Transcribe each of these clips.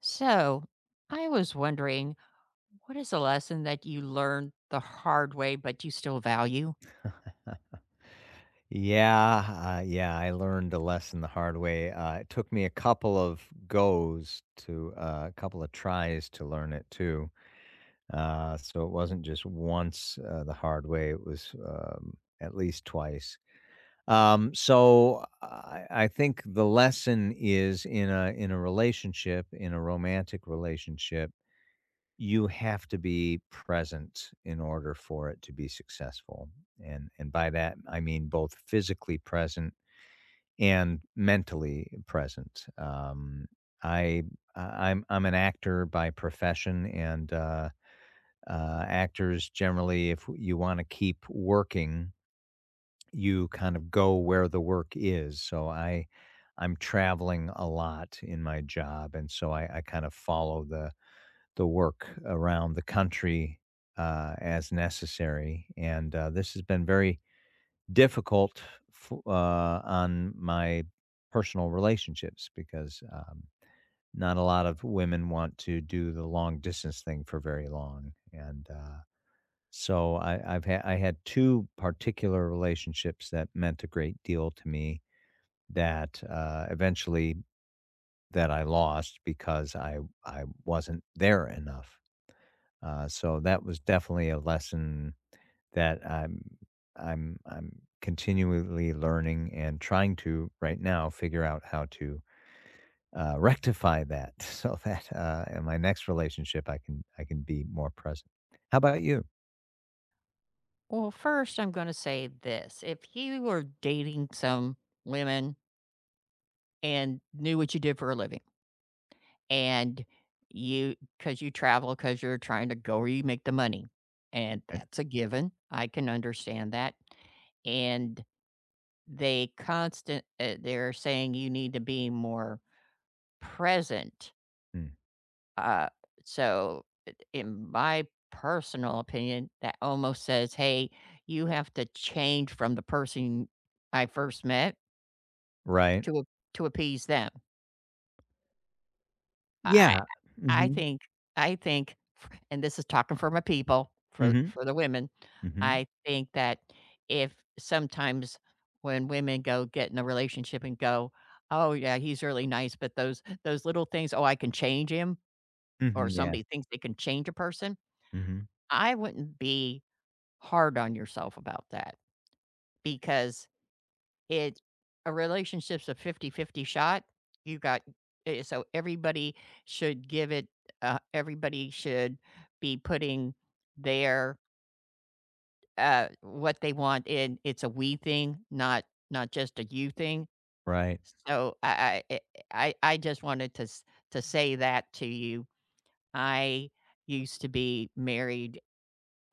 So, I was wondering, what is a lesson that you learned the hard way but you still value? Yeah, I learned a lesson the hard way. It took me a couple of goes to a couple of tries to learn it too. So it wasn't just once the hard way, it was at least twice. So I think the lesson is in a relationship, in a romantic relationship, you have to be present in order for it to be successful. And by that I mean both physically present and mentally present. I I- am I'm an actor by profession, and actors generally, if you want to keep working, you kind of go where the work is. So I'm traveling a lot in my job, and so I kind of follow the work around the country as necessary. And This has been very difficult on my personal relationships because not a lot of women want to do the long distance thing for very long. And so I had two particular relationships that meant a great deal to me that eventually that I lost because I wasn't there enough. So that was definitely a lesson that I'm continually learning and trying to right now figure out how to rectify that so that in my next relationship I can be more present. How about you? Well, first, I'm going to say this. If you were dating some women and knew what you did for a living, and you, because you travel, because you're trying to go where you make the money, and Right. that's a given, I can understand that. And they constant, they're saying you need to be more present. Mm. Uh, so I in my personal opinion, that almost says, "Hey, you have to change from the person I first met Right. to a to appease them." I Yeah. I Mhm. think I think f and this is talking for my people, Mhm. for the women, Mhm. I think that if sometimes when women go get in a relationship and go, "Oh, yeah, he's really nice, but those little things, oh, I can change him," or Mhm. Yeah. somebody thinks they can change a person. Mhm. I wouldn't be hard on yourself about that because it a relationship's a fifty-fifty shot. You got so everybody should give it, everybody should be putting their, what they want in. It's a we thing, not just a you thing. Right. So I just wanted to to say that to you. I used to be married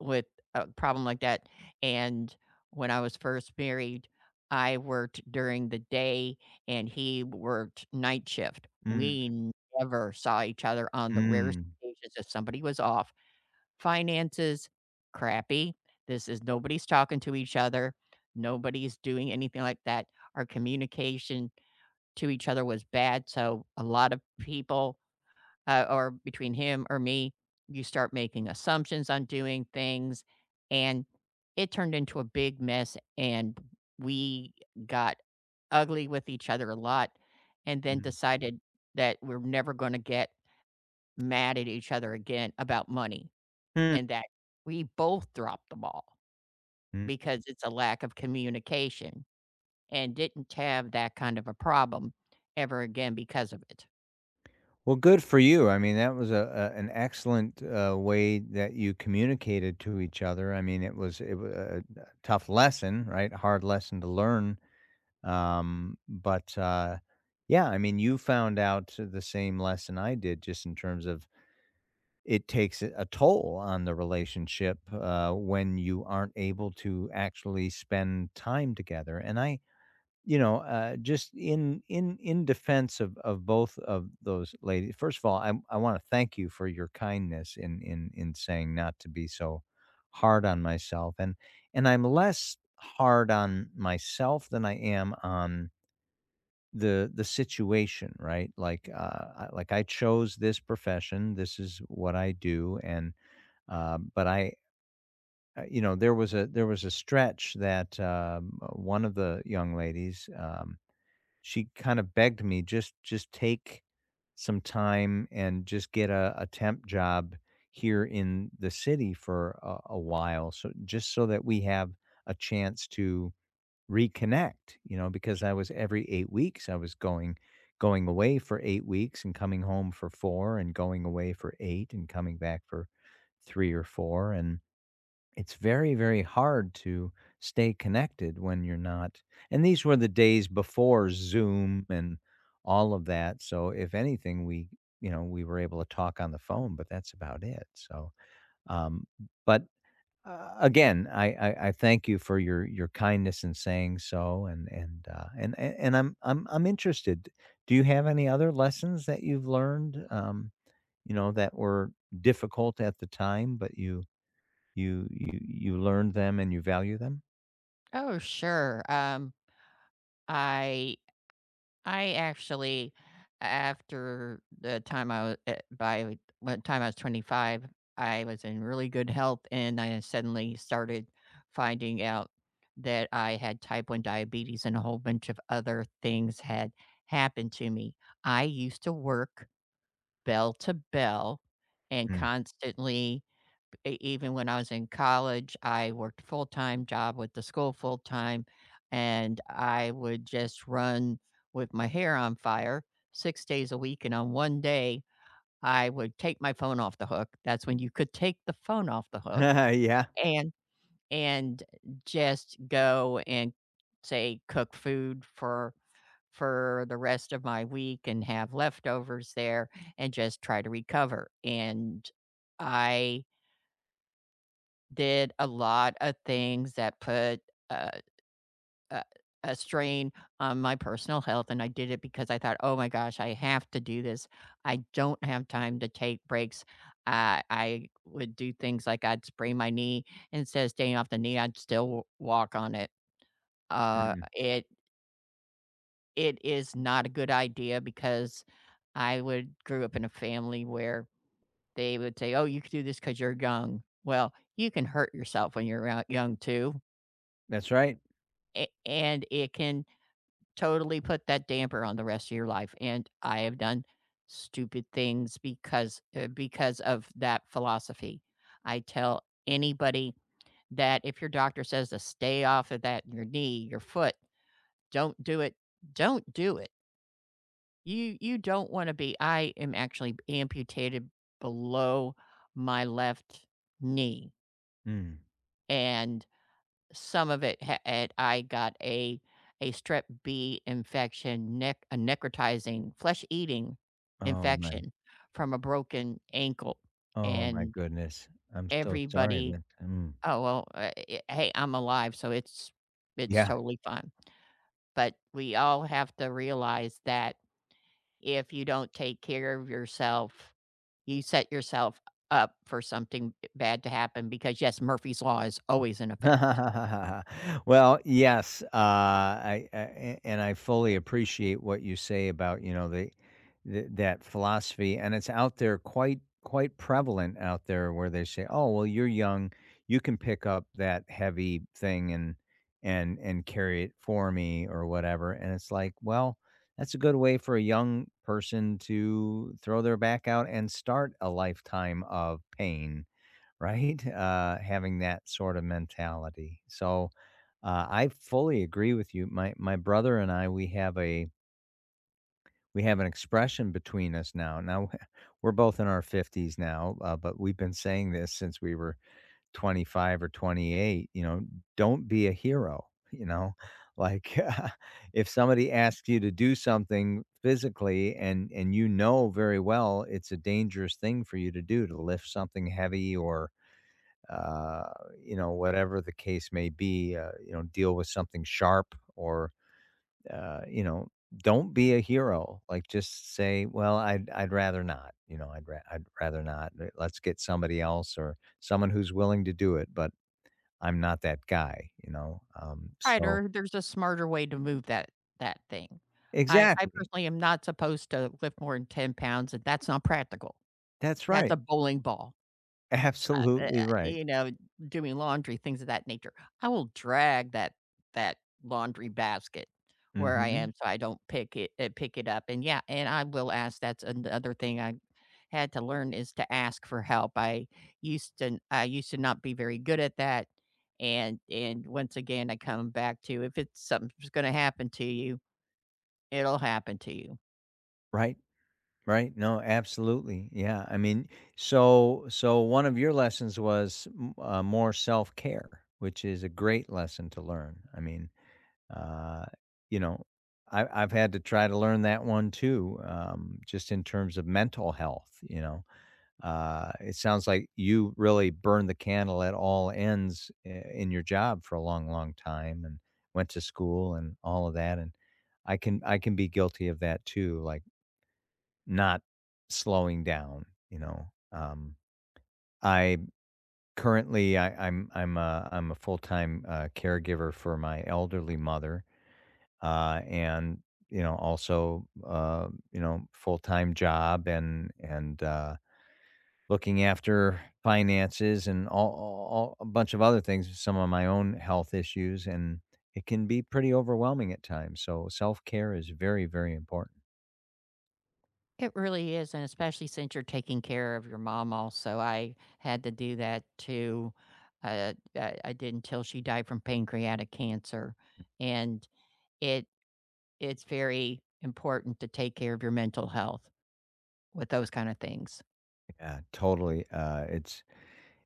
with a problem like that, and when I was first married, I worked during the day and he worked night shift. Mm. We never saw each other, on the rarest Mm. occasions if somebody was off. Finances, crappy. This is nobody's talking to each other. Nobody's doing anything like that. Our communication to each other was bad, so a lot of people, or between him or me, you start making assumptions on doing things. And it turned into a big mess. And we got ugly with each other a lot and then Mhm. decided that we're never going to get mad at each other again about money and that we both dropped the ball Mm. because it's a lack of communication, and didn't have that kind of a problem ever again because of it. Well, good for you. I mean, that was a an excellent way that you communicated to each other. I mean, it was a tough lesson, right? Hard lesson to learn. But yeah, I mean, you found out the same lesson I did, just in terms of it takes a toll on the relationship when you aren't able to actually spend time together. And I you know, just in defense of both of those ladies. First of all, I want to thank you for your kindness in saying not to be so hard on myself, and I'm less hard on myself than I am on the situation, right? Like I chose this profession. This is what I do, and but I. You know, there was a stretch that one of the young ladies she kind of begged me, "Just take some time and just get a temp job here in the city for a while, so just so that we have a chance to reconnect," you know, because I was every 8 weeks, I was going away for 8 weeks and coming home for 4 and going away for 8 and coming back for 3 or 4, and it's very hard to stay connected when you're not, and these were the days before Zoom and all of that. So if anything we you know, we were able to talk on the phone, but that's about it. So um but uh, again, I thank you for your kindness in saying so, and I'm interested, do you have any other lessons that you've learned, you know, that were difficult at the time but you you learn them and you value them? Oh, sure. I I actually, after the time I was by the time I was 25, I was in really good health, and I suddenly started finding out that I had type 1 diabetes and a whole bunch of other things had happened to me. I used to work bell to bell and Mm. constantly, even when I was in college, I worked a full time job with the school full time, and I would just run with my hair on fire 6 days a week. And on one day, I would take my phone off the hook. That's when you could take the phone off the hook Yeah. and and just go and say cook food for the rest of my week and have leftovers there and just try to recover. And I did a lot of things that put a a a strain on my personal health, and I did it because I thought, "Oh my gosh, I have to do this. I don't have time to take breaks." I would do things like I'd sprain my knee, instead of staying off the knee, I'd still w walk on it. Uh, Mm. it it is not a good idea because I would grew up in a family where they would say, "Oh, you can do this because 'cause you're young." Well, you can hurt yourself when you're out young too. That's right. And it can totally put that damper on the rest of your life. And I have done stupid things because of that philosophy. I tell anybody that if your doctor says to stay off of that your knee, your foot, don't do it. Don't do it. You don't want to be. I am actually amputated below my left knee. Mm. And some of it ha had, I got a strep B infection, nec a necrotizing, flesh-eating Oh my, infection from a broken ankle, oh my and goodness. I'm so sorry everybody, that. Mm. oh, well, hey, I'm alive, so it's Yeah. totally fine, but we all have to realize that if you don't take care of yourself, you set yourself up for something bad to happen because, yes, Murphy's Law is always in effect. Well, yes, I a and I fully appreciate what you say about, you know, the that philosophy, and it's out there quite prevalent out there where they say, "Oh, well, you're young, you can pick up that heavy thing and and carry it for me," or whatever, and it's like, well, that's a good way for a young person to throw their back out and start a lifetime of pain, right? Having that sort of mentality. So I fully agree with you. My brother and I, we have a we have an expression between us now. Now we're both in our fifties now, but we've been saying this since we were 25 or 28. You know, don't be a hero. You know, like if somebody asks you to do something physically and you know very well it's a dangerous thing for you to do, to lift something heavy or uh, you know, whatever the case may be, you know, deal with something sharp or, you know, don't be a hero. Like just say, well, I'd rather not, you know, I'd rather not. Let's get somebody else or someone who's willing to do it, but I'm not that guy, you know? Right, or there's a smarter way to move that thing. I Exactly. personally am not supposed to lift more than 10 pounds, and that's not practical. That's That's a right. bowling ball. Uh, eh, Absolutely right. you know, doing laundry, things of that nature. I will drag that laundry basket where I am Hmm. so I don't pick it, pick it up, and yeah, and I will ask, that's another thing I had to learn, is to ask for help. I used to not be very good at that, and once again, I come back to, if it's something's gonna happen to you, it'll happen to you. Right. Right. No, absolutely. Yeah. I mean, so one of your lessons was more self care, which is a great lesson to learn. I mean, uh, you know, I've had to try to learn that one too, just in terms of mental health. You know, it sounds like you really burned the candle at all ends in your job for a long, long time, and went to school and all of that. And I can be guilty of that too. Like not slowing down, you know? Um, I Currently I'm a full-time, caregiver for my elderly mother, and, you know, also, you know, full-time job and looking after finances and all a bunch of other things, some of my own health issues, and it can be pretty overwhelming at times, so self-care is very, very important. It really is, and especially since you're taking care of your mom also, I had to do that too. I I did until she died from pancreatic cancer, and it, it's very important to take care of your mental health with those kind of things. Yeah, totally, it's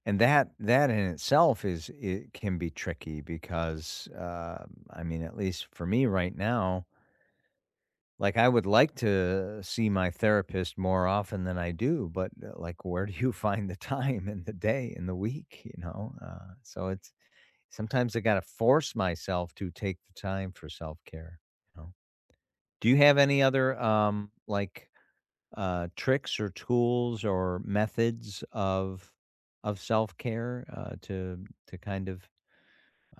and that that in itself, is it can be tricky because, I mean, at least for me right now, like, I would like to see my therapist more often than I do, but, like, where do you find the time in the day, in the week, you know? So it's, sometimes I gotta force myself to take the time for self-care, you know? Do you have any other, like, tricks or tools or methods of self care to kind of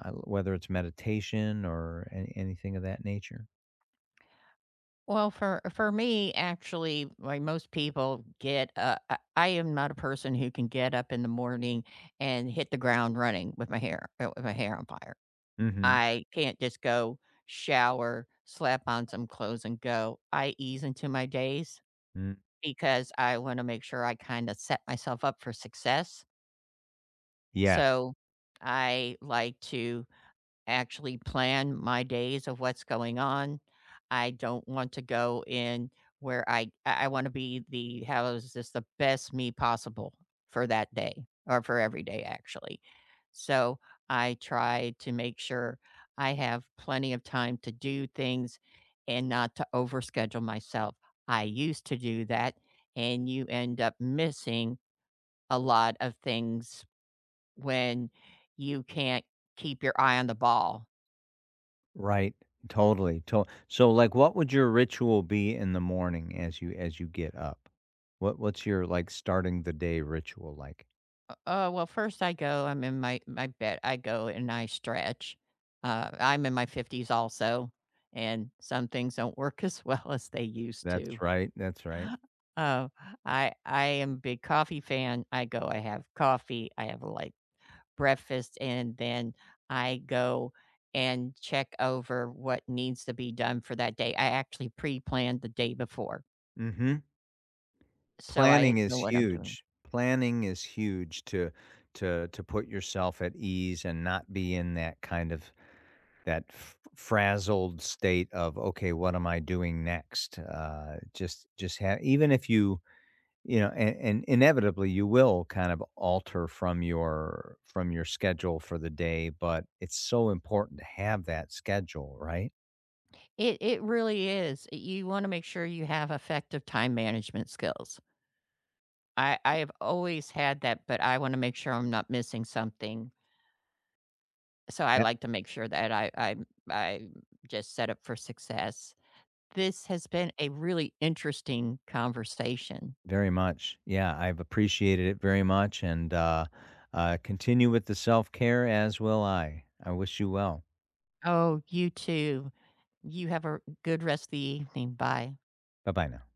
whether it's meditation or anything of that nature. Well, for me, actually, like most people get, I am not a person who can get up in the morning and hit the ground running with my hair, with my hair on fire. Mm-hmm. I can't just go shower, slap on some clothes, and go. I ease into my days Mm. because I wanna make sure I kinda set myself up for success. Yes. So, I like to actually plan my days of what's going on. I don't want to go in where I wanna be the, how is this the best me possible for that day, or for every day actually. So, I try to make sure I have plenty of time to do things and not to overschedule myself. I used to do that, and you end up missing a lot of things when you can't keep your eye on the ball. Right. Totally. So, like, what would your ritual be in the morning as you get up? What's your like starting the day ritual like? Well, first I go, I'm in my bed. I go and I stretch. I'm in my 50s also, and some things don't work as well as they used That's to. right. That's right. Uh, I I am a big coffee fan. I go, I have coffee, I have like breakfast, and then I go and check over what needs to be done for that day. I actually pre-planned the day before, Mm-hmm. so I Planning is know what I'm doing. huge. Planning is huge to to put yourself at ease and not be in that kind of that f frazzled state of, "Okay, what am I doing next?" Just have, even if you, you know, and inevitably, you will kind of alter from your schedule for the day, but it's so important to have that schedule, right? It really is. You wanna make sure you have effective time management skills. I have always had that, but I wanna make sure I'm not missing something, so I like to make sure that I'm just set up for success. This has been a really interesting conversation. Very much. Yeah, I've appreciated it very much and continue with the self care as will I. I wish you well. Oh, you too. You have a good rest of the evening. Bye. Bye bye now.